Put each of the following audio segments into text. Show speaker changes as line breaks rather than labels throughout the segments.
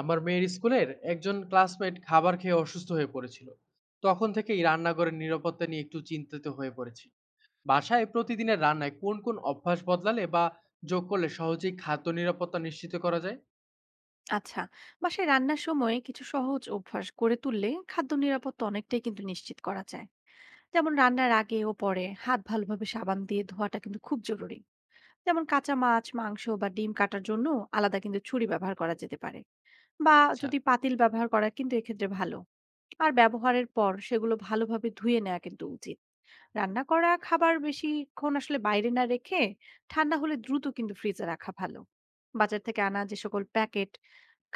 আমার মেয়ের স্কুলের একজন ক্লাসমেট খাবার খেয়ে অসুস্থ হয়ে পড়েছিল। তখন থেকেই রান্নাঘরের নিরাপত্তা নিয়ে একটু চিন্তিত হয়ে পড়েছি। বাসায় প্রতিদিনের রান্নায় কোন কোন অভ্যাস বদলালে বা যোগ করলে সহজেই খাদ্য নিরাপত্তা নিশ্চিত করা যায়?
আচ্ছা, বাসায় রান্নার সময় কিছু সহজ অভ্যাস গড়ে তুললে খাদ্য নিরাপত্তা অনেকটাই কিন্তু নিশ্চিত করা যায়। যেমন রান্নার আগে ও পরে হাত ভালোভাবে সাবান দিয়ে ধোয়াটা কিন্তু খুব জরুরি। যেমন কাঁচা মাছ মাংস বা ডিম কাটার জন্য আলাদা কিন্তু ছুরি ব্যবহার করা যেতে পারে, বা
আচ্ছা।
যদি পাতিল ব্যবহার করা কিন্তু এক্ষেত্রে ভালো। আর ব্যবহারের পর সেগুলো ভালোভাবে ধুয়ে নেওয়া কিন্তু উচিত। রান্না করা খাবার বেশিক্ষণ আসলে বাইরে না রেখে ঠান্ডা হলে দ্রুত কিন্তু ফ্রিজে রাখা ভালো। বাজার থেকে আনা যে সকল প্যাকেট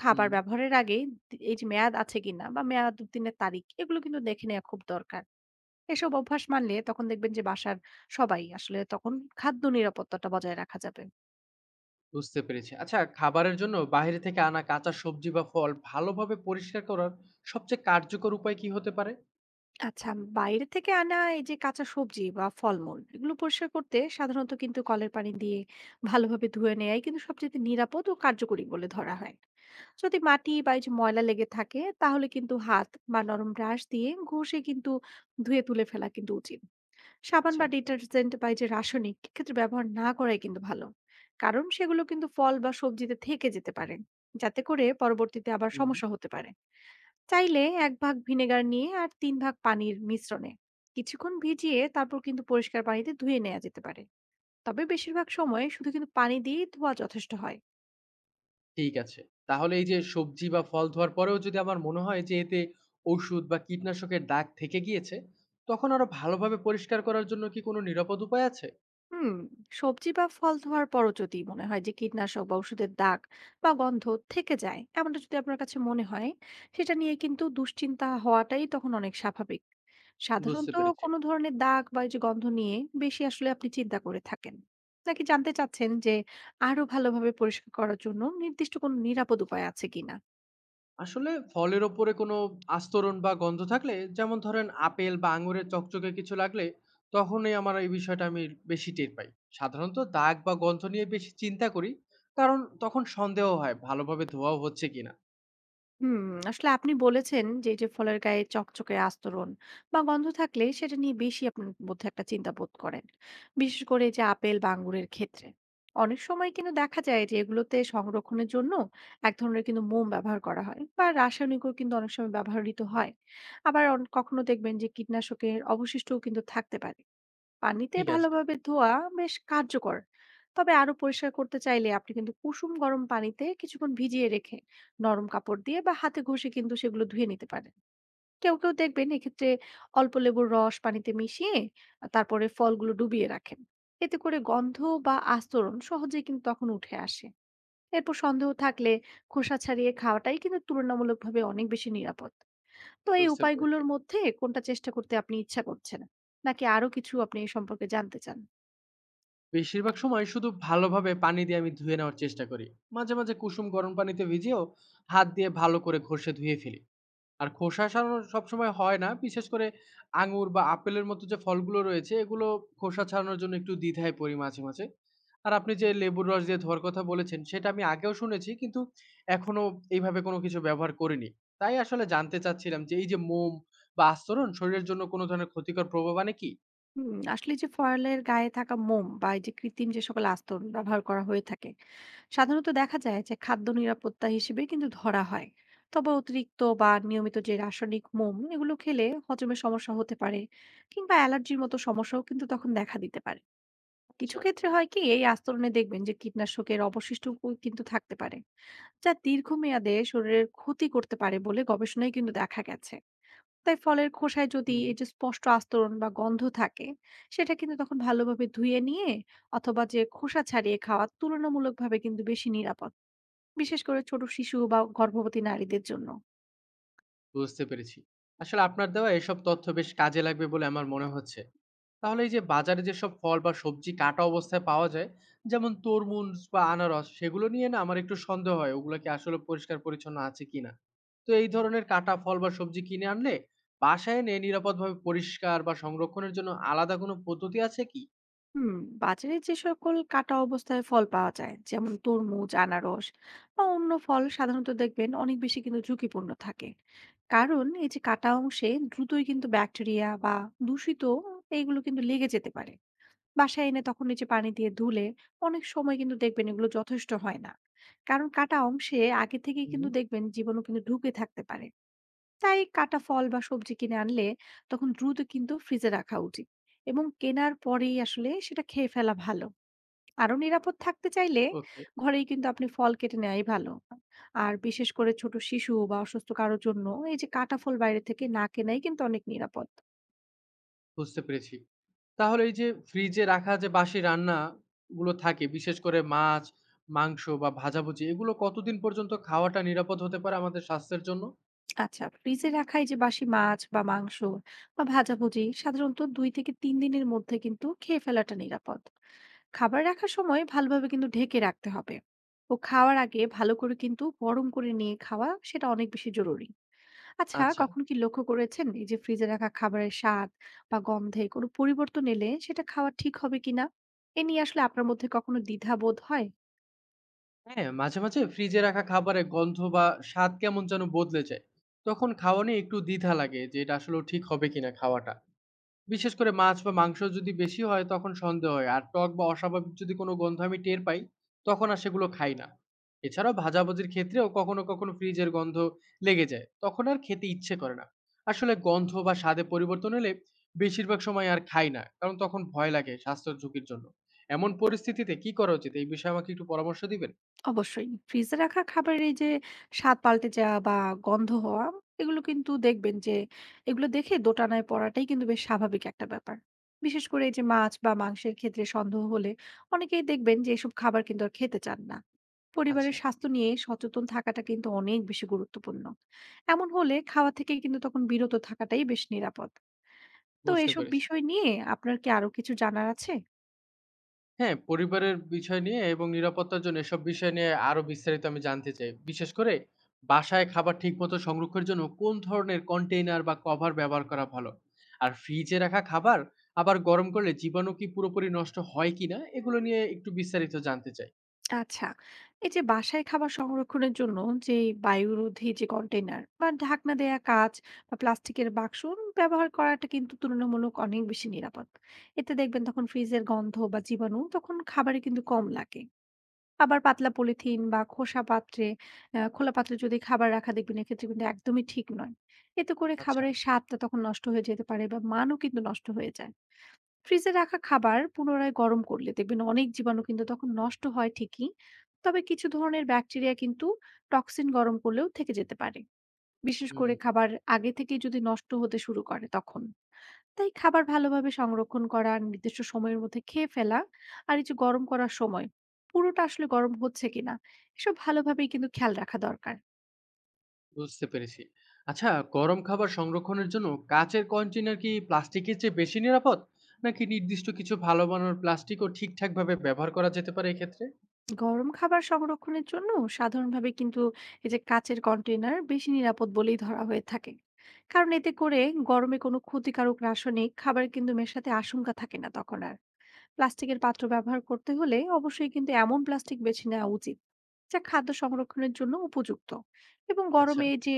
খাবার
হুম।
ব্যবহারের আগে এই যে মেয়াদ আছে কিনা বা মেয়াদ উত্তীর্ণের তারিখ এগুলো কিন্তু দেখে নেওয়া খুব দরকার। এসব অভ্যাস মানলে তখন দেখবেন যে বাসার সবাই আসলে তখন খাদ্য নিরাপত্তাটা বজায় রাখা যাবে।
বুঝতে পেরেছি। আচ্ছা, খাবারের জন্য বাইরে থেকে আনা কাঁচা সবজি বা ফল ভালোভাবে পরিষ্কার করার সবচেয়ে কার্যকর উপায় কি হতে পারে?
আচ্ছা, বাইরে থেকে আনা এই যে কাঁচা সবজি বা ফলমূল এগুলো পরিষ্কার করতে সাধারণত কিন্তু কলের পানি দিয়ে ভালোভাবে ধুয়ে নেয়াই কিন্তু সবচেয়ে নিরাপদ ও কার্যকরী বলে ধরা হয়। যদি মাটি বা এই যে ময়লা লেগে থাকে তাহলে কিন্তু হাত বা নরম ব্রাশ দিয়ে ঘষে কিন্তু ধুয়ে তুলে ফেলা কিন্তু উচিত। সাবান
আচ্ছা।
বা ডিটারজেন্ট বা এই যে রাসায়নিক ক্ষেত্রে ব্যবহার না করাই কিন্তু ভালো। কারণ সেগুলো কিন্তু ফল বা সবজিতে থেকে যেতে পারে, যাতে করে পরবর্তীতে আবার
হুম।
সমস্যা হতে পারে। চাইলে ১ ভাগ ভিনেগার নিয়ে আর ৩ ভাগ পানির মিশ্রণে কিছুক্ষণ ভিজিয়ে তারপর কিন্তু পরিষ্কার পানিতে ধুয়ে নেওয়া যেতে পারে। তবে বেশিরভাগ সময় শুধু কিন্তু পানি দিয়েই ধোয়া যথেষ্ট হয়।
ঠিক আছে। তাহলে এই যে সবজি বা ফল ধোয়ার পরেও যদি আমার মনে হয় যে এতে ঔষুধ বা কীটনাশকের দাগ থেকে গিয়েছে, তখন আরো ভালোভাবে পরিষ্কার করার জন্য কি কোনো নিরাপদ উপায় আছে?
হুম, সবজি বা ফল ধোয়ার পরও যদি মনে হয় যে কীটনাশক বা ওষুধের দাগ বা গন্ধ থেকে যায়, এমনটা যদি আপনার কাছে মনে হয় সেটা নিয়ে কিন্তু দুশ্চিন্তা হওয়াটাই তখন অনেক স্বাভাবিক।
বুঝতে
সাধারণত
পেরেছি।
কোনো ধরনের দাগ বা এই যে গন্ধ নিয়ে বেশি আসলে আপনি চিন্তা করে থাকেন, নাকি জানতে চাচ্ছেন যে আরো ভালোভাবে পরিষ্কার করার জন্য নির্দিষ্ট কোনো নিরাপদ উপায় আছে কিনা?
আসলে ফলের ওপরে কোনো আস্তরণ বা গন্ধ থাকলে, যেমন ধরেন আপেল বা আঙুরের চকচকে কিছু লাগলে, তখনই আমার এই বিষয়টা আমি বেশি টের পাই। সাধারণত দাগ বা গন্ধ নিয়ে বেশি চিন্তা করি, কারণ তখন সন্দেহ হয় ভালোভাবে ধোয়াও হচ্ছে কিনা।
হুম, আসলে আপনি বলেছেন যে এই যে ফলের গায়ে চকচকে আস্তরণ বা গন্ধ থাকলে সেটা নিয়ে বেশি আপনার মধ্যে একটা চিন্তা বোধ করেন, বিশেষ করে এই যে আপেল বা আঙ্গুরের ক্ষেত্রে। অনেক সময় কিন্তু দেখা যায় যে এগুলোতে সংরক্ষণের জন্য এক ধরনের কিন্তু মোম ব্যবহার করা হয় বা রাসায়নিকও কিন্তু অনেক সময় ব্যবহৃত হয়। আবার কখনো দেখবেন যে কীটনাশকের অবশিষ্টও কিন্তু থাকতে পারে। পানিতে
ঠিক আছে,
ভালোভাবে ধোয়া বেশ কার্যকর। তবে আরো পরিষ্কার করতে চাইলে আপনি কিন্তু কুসুম গরম পানিতে কিছুক্ষণ ভিজিয়ে রেখে নরম কাপড় দিয়ে বা হাতে ঘষে কিন্তু সেগুলো ধুয়ে নিতে পারেন। কেউ কেউ দেখবেন এক্ষেত্রে অল্প লেবুর রস পানিতে মিশিয়ে তারপরে ফলগুলো ডুবিয়ে রাখেন। এতে করে গন্ধ বা আস্তরণ সহজেই কিন্তু তখন উঠে আসে। এরপর সন্দেহ থাকলে খোসা ছাড়িয়ে খাওয়াটাই কিন্তু তুলনামূলকভাবে অনেক বেশি নিরাপদ। তো এই
বুঝতে পেরেছি।
উপায়গুলোর মধ্যে কোনটা চেষ্টা করতে আপনি ইচ্ছা করছেন, নাকি আরো কিছু আপনি এ সম্পর্কে জানতে চান?
বেশিরভাগ সময় শুধু ভালোভাবে পানি দিয়ে আমি ধুয়ে নেওয়ার চেষ্টা করি। মাঝে মাঝে কুসুম গরম পানিতে ভিজিয়েও হাত দিয়ে ভালো করে ঘষে ধুয়ে ফেলি। আর খোসা ছাড়ানো সবসময় হয় না, বিশেষ করে আঙুর বা আপেলের মতো যে ফলগুলো রয়েছে এগুলো খোসা ছাড়ানোর জন্য একটু দ্বিধায় পড়ি মাঝে মাঝে। আর আপনি যে লেবুর রস দিয়ে ধোয়ার কথা বলেছেন সেটা আমি আগেও শুনেছি, কিন্তু এখনো এইভাবে কোনো কিছু ব্যবহার করিনি। তাই আসলে জানতে চাচ্ছিলাম যে এই যে মোম বা আস্তরণ শরীরের জন্য কোনো ধরনের ক্ষতিকর প্রভাব আনে কি?
হুম, আসলে যে ফয়েলের গায়ে থাকা মোম বা এই যে কৃত্রিম যে সকল আস্তরণ ব্যবহার করা হয়ে থাকে সাধারণত দেখা যায় যে খাদ্য নিরাপত্তা হিসেবে কিন্তু ধরা হয়। তবে অতিরিক্ত বা নিয়মিত যে রাসায়নিক মোম এগুলো খেলে হজমের সমস্যা হতে পারে, কিংবা অ্যালার্জির মতো সমস্যাও কিন্তু তখন দেখা দিতে পারে। কিছু
আচ্ছা।
ক্ষেত্রে হয় কি, এই আস্তরণে দেখবেন যে কীটনাশকের অবশিষ্ট কিন্তু থাকতে পারে, যা দীর্ঘমেয়াদে শরীরের ক্ষতি করতে পারে বলে গবেষণায় কিন্তু দেখা গেছে। তাই ফলের খোসায় যদি
হুম।
এই যে স্পষ্ট আস্তরণ বা গন্ধ থাকে সেটা কিন্তু তখন ভালোভাবে ধুয়ে নিয়ে অথবা যে খোসা ছাড়িয়ে খাওয়া তুলনামূলকভাবে কিন্তু বেশি নিরাপদ, বিশেষ করে ছোট শিশু বা গর্ভবতী নারীদের জন্য।
বুঝতে পেরেছি। আসলে আপনার দেওয়া এসব তথ্য বেশ কাজে লাগবে বলে আমার মনে হচ্ছে। তাহলে এই যে বাজারে যেসব ফল বা সবজি কাটা অবস্থায় পাওয়া যায়, যেমন তরমুজ বা আনারস, সেগুলো নিয়ে না আমার একটু সন্দেহ হয়, ওগুলা কি আসলে পরিষ্কার পরিচ্ছন্ন আছে কিনা? তো এই ধরনের কাটা ফল বা সবজি কিনে আনলে বাসায় এনে নিরাপদভাবে পরিষ্কার বা সংরক্ষণের জন্য আলাদা কোনো পদ্ধতি আছে কি?
হুম, বাজারে যে সকল কাটা অবস্থায় ফল পাওয়া যায় যেমন তরমুজ, আনারস বা অন্য ফল সাধারণত দেখবেন অনেক বেশি কিন্তু ঝুঁকিপূর্ণ থাকে। কারণ এই যে কাটা অংশে দ্রুতই কিন্তু ব্যাকটেরিয়া বা দূষিত এইগুলো কিন্তু লেগে যেতে পারে। বাসায় এনে তখন এই যে পানি দিয়ে ধুলে অনেক সময় কিন্তু দেখবেন এগুলো যথেষ্ট হয় না, কারণ কাটা অংশে আগে থেকেই কিন্তু
হুম।
দেখবেন জীবাণু কিন্তু ঢুকে থাকতে পারে। তাই কাটা ফল বা সবজি কিনে আনলে তখন দ্রুত কিন্তু ফ্রিজে রাখা উচিত এবং কেনার পরেই আসলে সেটা খেয়ে ফেলা ভালো। আরো নিরাপদ থাকতে চাইলে
ওকে,
ঘরেই কিন্তু আপনি ফল কেটে নেওয়াই ভালো। আর বিশেষ করে ছোট শিশু বা অসুস্থ কারোর জন্য এই যে কাটা ফল বাইরে থেকে না কেনাই কিন্তু অনেক নিরাপদ।
বুঝতে পেরেছি। তাহলে এই যে ফ্রিজে রাখা যে বাসি রান্নাগুলো থাকে, বিশেষ করে মাছ, মাংস বা ভাজাভুজি এগুলো কতদিন পর্যন্ত খাওয়াটা নিরাপদ হতে পারে আমাদের স্বাস্থ্যের জন্য?
আচ্ছা, ফ্রিজে রাখা এই যে বাসি মাছ বা মাংস বা ভাজাভুজি সাধারণত ২ থেকে ৩ দিনের মধ্যে কিন্তু খেয়ে ফেলাটা নিরাপদ। খাবার রাখার সময় ভালোভাবে কিন্তু ঢেকে রাখতে হবে ও খাওয়ার আগে ভালো করে কিন্তু গরম করে নিয়ে খাওয়া সেটা অনেক বেশি জরুরি। আচ্ছা
আচ্ছা।
কখন কি লক্ষ্য করেছেন এই যে ফ্রিজে রাখা খাবারের স্বাদ বা গন্ধে কোনো পরিবর্তন এলে সেটা খাওয়া ঠিক হবে কিনা, এ নিয়ে আসলে আপনার মধ্যে কখনো দ্বিধা বোধ হয়?
হ্যাঁ, মাঝে, মাঝে ফ্রিজে রাখা খাবারে গন্ধ বা স্বাদ কেমন যেন বদলে যায়। তখন খাওয়া নিয়ে একটু দ্বিধা লাগে যে এটা আসলেও ঠিক হবে কিনা খাওয়াটা। বিশেষ করে মাছ বা মাংস যদি বেশি হয় তখন সন্দেহ হয়। আর টক বা অস্বাভাবিক যদি কোনো গন্ধ আমি টের পাই, তখন আর সেগুলো খাই না। এছাড়াও ভাজাভুজির ক্ষেত্রেও কখনো, কখনো ফ্রিজের গন্ধ লেগে যায়। তখন আর খেতে ইচ্ছে করে না। আসলে গন্ধ বা স্বাদে পরিবর্তন এলে বেশিরভাগ সময় আর খাই না। কারণ তখন ভয় লাগে স্বাস্থ্যের ঝুঁকির জন্য। এমন পরিস্থিতিতে কি করা উচিত? এই বিষয়ে আমাকে একটু পরামর্শ দিবেন?
অবশ্যই। ফ্রিজে রাখা খাবারের এই যে স্বাদ পাল্টে যাওয়া বা গন্ধ হওয়া, এগুলো কিন্তু দেখবেন যে এগুলো দেখে দোটানায় পড়াটাই কিন্তু বেশ স্বাভাবিক একটা ব্যাপার। বিশেষ করে এই যে মাছ বা মাংসের ক্ষেত্রে সন্দেহ হলে অনেকেই দেখবেন যে এসব খাবার কিন্তু আর খেতে চান না। পরিবারের
আচ্ছা,
স্বাস্থ্য নিয়ে সচেতন থাকাটা কিন্তু অনেক বেশি গুরুত্বপূর্ণ। এমন হলে খাওয়া থেকে কিন্তু তখন বিরত থাকাটাই বেশ নিরাপদ। তো
বুঝতে
এসব
পেরেছি।
বিষয় নিয়ে আপনার কি আরো কিছু জানার আছে?
হ্যাঁ, পরিবারের বিষয় নিয়ে এবং নিরাপত্তার জন্য এসব বিষয় নিয়ে আরো বিস্তারিত আমি জানতে চাই। বিশেষ করে বাসায় খাবার ঠিকমতো সংরক্ষণের জন্য কোন ধরনের কন্টেইনার বা কভার ব্যবহার করা ভালো? আর ফ্রিজে রাখা খাবার আবার গরম করলে জীবাণু কি পুরোপুরি নষ্ট হয় কিনা এগুলো নিয়ে একটু বিস্তারিত জানতে চাই।
আচ্ছা, এই যে বাসায় খাবার সংরক্ষণের জন্য যে বায়ুরোধী যে কন্টেইনার বা ঢাকনা দেয়া কাঁচ বা প্লাস্টিকের বাক্স ব্যবহার করাটা কিন্তু তুলনামূলক অনেক বেশি নিরাপদ। এতে দেখবেন তখন ফ্রিজের গন্ধ বা জীবাণু তখন খাবারে কিন্তু কম লাগে। আবার পাতলা পলিথিন বা খোসা পাত্রে, খোলা পাত্রে যদি খাবার রাখা দেখবেন এক্ষেত্রে কিন্তু একদমই ঠিক নয়। এতে করে
আচ্ছা,
খাবারের স্বাদটা তখন নষ্ট হয়ে যেতে পারে বা মানও কিন্তু নষ্ট হয়ে যায়। ফ্রিজে রাখা খাবার পুনরায় গরম করলে দেখবেন অনেক জীবাণু কিন্তু তখন নষ্ট হয় ঠিকই, তবে কিছু ধরনের ব্যাকটেরিয়া কিন্তু টক্সিন গরম করলেও থেকে যেতে পারে, বিশেষ
হুম,
করে খাবার আগে থেকেই যদি নষ্ট হতে শুরু করে তখন। তাই খাবার ভালোভাবে সংরক্ষণ করা, নির্দিষ্ট সময়ের মধ্যে খেয়ে ফেলা, আর এই যে গরম করার সময় পুরোটা আসলে গরম হচ্ছে কিনা এসব ভালোভাবেই কিন্তু খেয়াল রাখা দরকার।
বুঝতে পেরেছি। আচ্ছা, গরম খাবার সংরক্ষণের জন্য কাঁচের কন্টেইনার কি প্লাস্টিকের চেয়ে বেশি নিরাপদ? নাকি নির্দিষ্ট কিছু ভালো মানের প্লাস্টিকও ঠিকঠাকভাবে ব্যবহার করা যেতে পারে এক্ষেত্রে?
গরম খাবার সংরক্ষণের জন্য সাধারণভাবে কিন্তু এই যে কাচের কন্টেইনার বেশি নিরাপদ বলেই ধরা হয়ে থাকে। কারণ এতে করে গরমে কোনো ক্ষতিকারক রাসায়নিক খাবার কিন্তু মেশাতে আশঙ্কা থাকে না তখন আর। প্লাস্টিকের পাত্র ব্যবহার করতে হলে অবশ্যই কিন্তু এমন প্লাস্টিক বেছে নেওয়া উচিত যা খাদ্য সংরক্ষণের জন্য উপযুক্ত এবং
আচ্ছা,
গরমে যে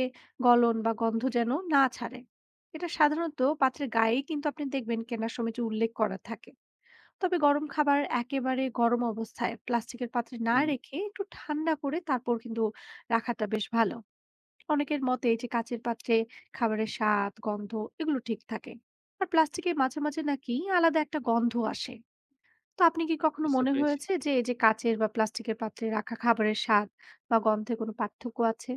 গলন বা গন্ধ যেন না ছাড়ে। এটা সাধারণত পাত্রের গায়েই কিন্তু আপনি দেখবেন কেনার সময় যে উল্লেখ করা থাকে। তবে গরম খাবার একেবারে গরম অবস্থায় প্লাস্টিকের পাত্রে না
হুম।
রেখে একটু ঠান্ডা করে তারপর কিন্তু রাখাটা বেশ ভালো। অনেকের মতে এই যে কাচের পাত্রে খাবারের স্বাদ, গন্ধ এগুলো ঠিক থাকে, আর প্লাস্টিকে মাঝে মাঝে নাকি আলাদা একটা গন্ধ আসে। তো আপনি কি কখনো
বুঝতে
মনে
পেরেছি।
হয়েছে যে এই যে কাচের বা প্লাস্টিকের পাত্রে রাখা খাবারের স্বাদ বা গন্ধে কোনো পার্থক্য আছে?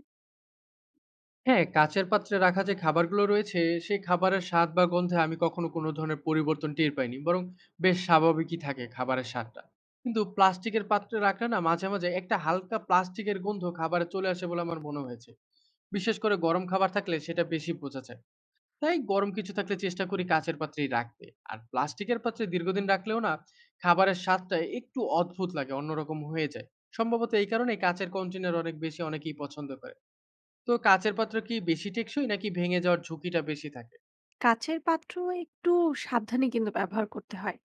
হ্যাঁ, কাঁচের পাত্রে রাখা যে খাবারগুলো রয়েছে, সেই খাবারের স্বাদ বা গন্ধে আমি কখনো কোনো ধরনের পরিবর্তন টের পাইনি। বরং বেশ স্বাভাবিকই থাকে খাবারের স্বাদটা। কিন্তু প্লাস্টিকের পাত্রে রাখলে না মাঝে, মাঝে একটা হালকা প্লাস্টিকের গন্ধ খাবারে চলে আসে বলে আমার মনে হয়েছে। বিশেষ করে গরম খাবার থাকলে সেটা বেশি বোঝা যায়। তাই গরম কিছু থাকলে চেষ্টা করি কাঁচের পাত্রেই রাখতে। আর প্লাস্টিকের পাত্রে দীর্ঘদিন রাখলেও না খাবারের স্বাদটা একটু অদ্ভুত লাগে, অন্যরকম হয়ে যায়। সম্ভবত এই কারণেই কাঁচের কন্টেইনার অনেক বেশি অনেকেই পছন্দ করে। তো কাচের পাত্র কি বেশি টেকসই নাকি ভেঙে যাওয়ার ঝুঁকিটা বেশি থাকে?
কাচের পাত্র একটু সাবধানে কিন্তু ব্যবহার করতে হয়,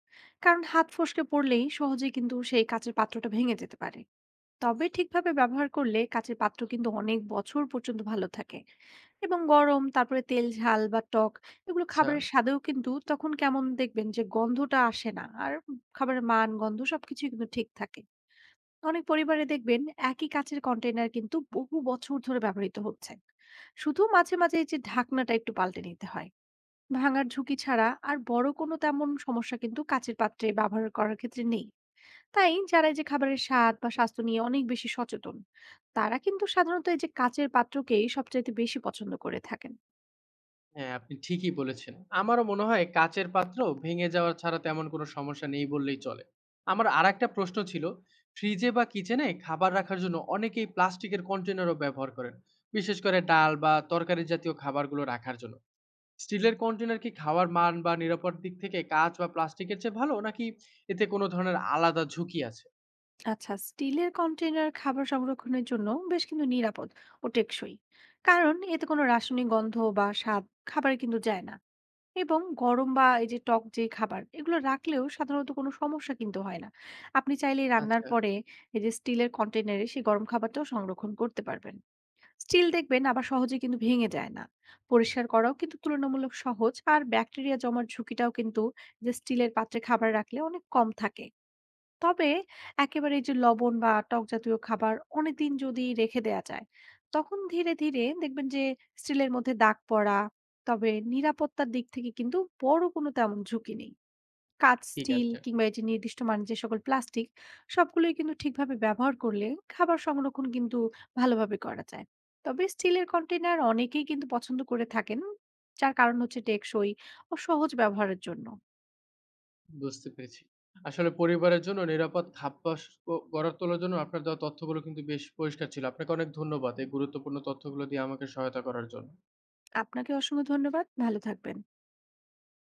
কারণ হাত ফসকে পড়লেই সহজে কিন্তু সেই কাচের পাত্রটা ভেঙে যেতে পারে। তবে ঠিকভাবে ব্যবহার করলে কাচের পাত্র কিন্তু অনেক বছর পর্যন্ত ভালো থাকে। এবং গরম তারপরে তেল, ঝাল বা টক এগুলো
আচ্ছা।
খাবারের স্বাদেও কিন্তু তখন কেমন দেখবেন যে গন্ধটা আসে না আর। খাবারের মান, গন্ধ সবকিছুই কিন্তু ঠিক থাকে। অনেক পরিবারে দেখবেন একই কাচের কন্টেইনার কিন্তু বহু বছর ধরে ব্যবহৃত হচ্ছে, শুধু মাঝে মাঝে এই যে ঢাকনাটা একটু পাল্টে নিতে হয়। ভাঙার ঝুঁকি ছাড়া আর বড় কোনো তেমন সমস্যা কিন্তু কাচের পাত্রে ব্যবহার করার ক্ষেত্রে নেই। তাই যারা এই যে খাবারের স্বাদ বা স্বাস্থ্য নিয়ে অনেক বেশি সচেতন তারা কিন্তু সাধারণত এই যে কাচের পাত্রকেই সবচাইতে বেশি পছন্দ করে থাকেন।
হ্যাঁ, আপনি ঠিকই বলেছেন। আমারও মনে হয় কাচের পাত্র ভেঙে যাওয়া ছাড়া তেমন কোনো সমস্যা নেই বললেই চলে। আমার আরেকটা প্রশ্ন ছিল, ফ্রিজে বা কিচেনে খাবার রাখার জন্য অনেকেই প্লাস্টিকের কন্টেনারও ব্যবহার করেন। বিশেষ করে ডাল বা তরকারি জাতীয় খাবারগুলো রাখার জন্য। স্টিলের কন্টেনার কি খাওয়ার মান বা নিরাপদ দিক থেকে কাঁচ বা প্লাস্টিকের চেয়ে ভালো, নাকি এতে কোনো ধরনের আলাদা ঝুঁকি আছে?
আচ্ছা, স্টিলের কন্টেইনার খাবার সংরক্ষণের জন্য বেশ কিন্তু নিরাপদ ও টেকসই। কারণ এতে কোনো রাসায়নিক গন্ধ বা স্বাদ খাবারে কিন্তু যায় না এবং গরম বা এই যে টক যে খাবার এগুলো রাখলেও সাধারণত কোনো সমস্যা কিন্তু হয় না। আপনি চাইলে রান্নার
আচ্ছা,
পরে এই যে স্টিলের কন্টেনারে সেই গরম খাবারটাও সংরক্ষণ করতে পারবেন। স্টিল দেখবেন আবার সহজে কিন্তু ভেঙে যায় না, পরিষ্কার করাও কিন্তু তুলনামূলক সহজ, আর ব্যাকটেরিয়া জমার ঝুঁকিটাও কিন্তু যে স্টিলের পাত্রে খাবার রাখলে অনেক কম থাকে। তবে একেবারে এই যে লবণ বা টক জাতীয় খাবার অনেকদিন যদি রেখে দেয়া যায় তখন ধীরে ধীরে দেখবেন যে স্টিলের মধ্যে দাগ পড়া। তবে নিরাপত্তার দিক থেকে কিন্তু বড় কোনো তেমন ঝুঁকি নেই। কাঁচ,
ঠিক
স্টিল
আছে।
কিংবা এই যে নির্দিষ্ট মানের যে সকল প্লাস্টিক সবগুলোই কিন্তু ঠিকভাবে ব্যবহার করলে খাবার সংরক্ষণ কিন্তু ভালোভাবে করা যায়। তবে স্টিলের কন্টেইনার অনেকেই কিন্তু পছন্দ করে থাকেন, যার কারণ হচ্ছে টেকসই ও সহজ ব্যবহারের জন্য।
বুঝতে পেরেছি। আসলে পরিবারের জন্য নিরাপদ খাপবাস গড়ে তোলার জন্য আপনার দেওয়া তথ্যগুলো কিন্তু বেশ পরিষ্কার ছিল। আপনাকে অনেক ধন্যবাদ এই গুরুত্বপূর্ণ তথ্যগুলো দিয়ে আমাকে সহায়তা করার জন্য।
আপনাকে অসংখ্য ধন্যবাদ। ভালো থাকবেন।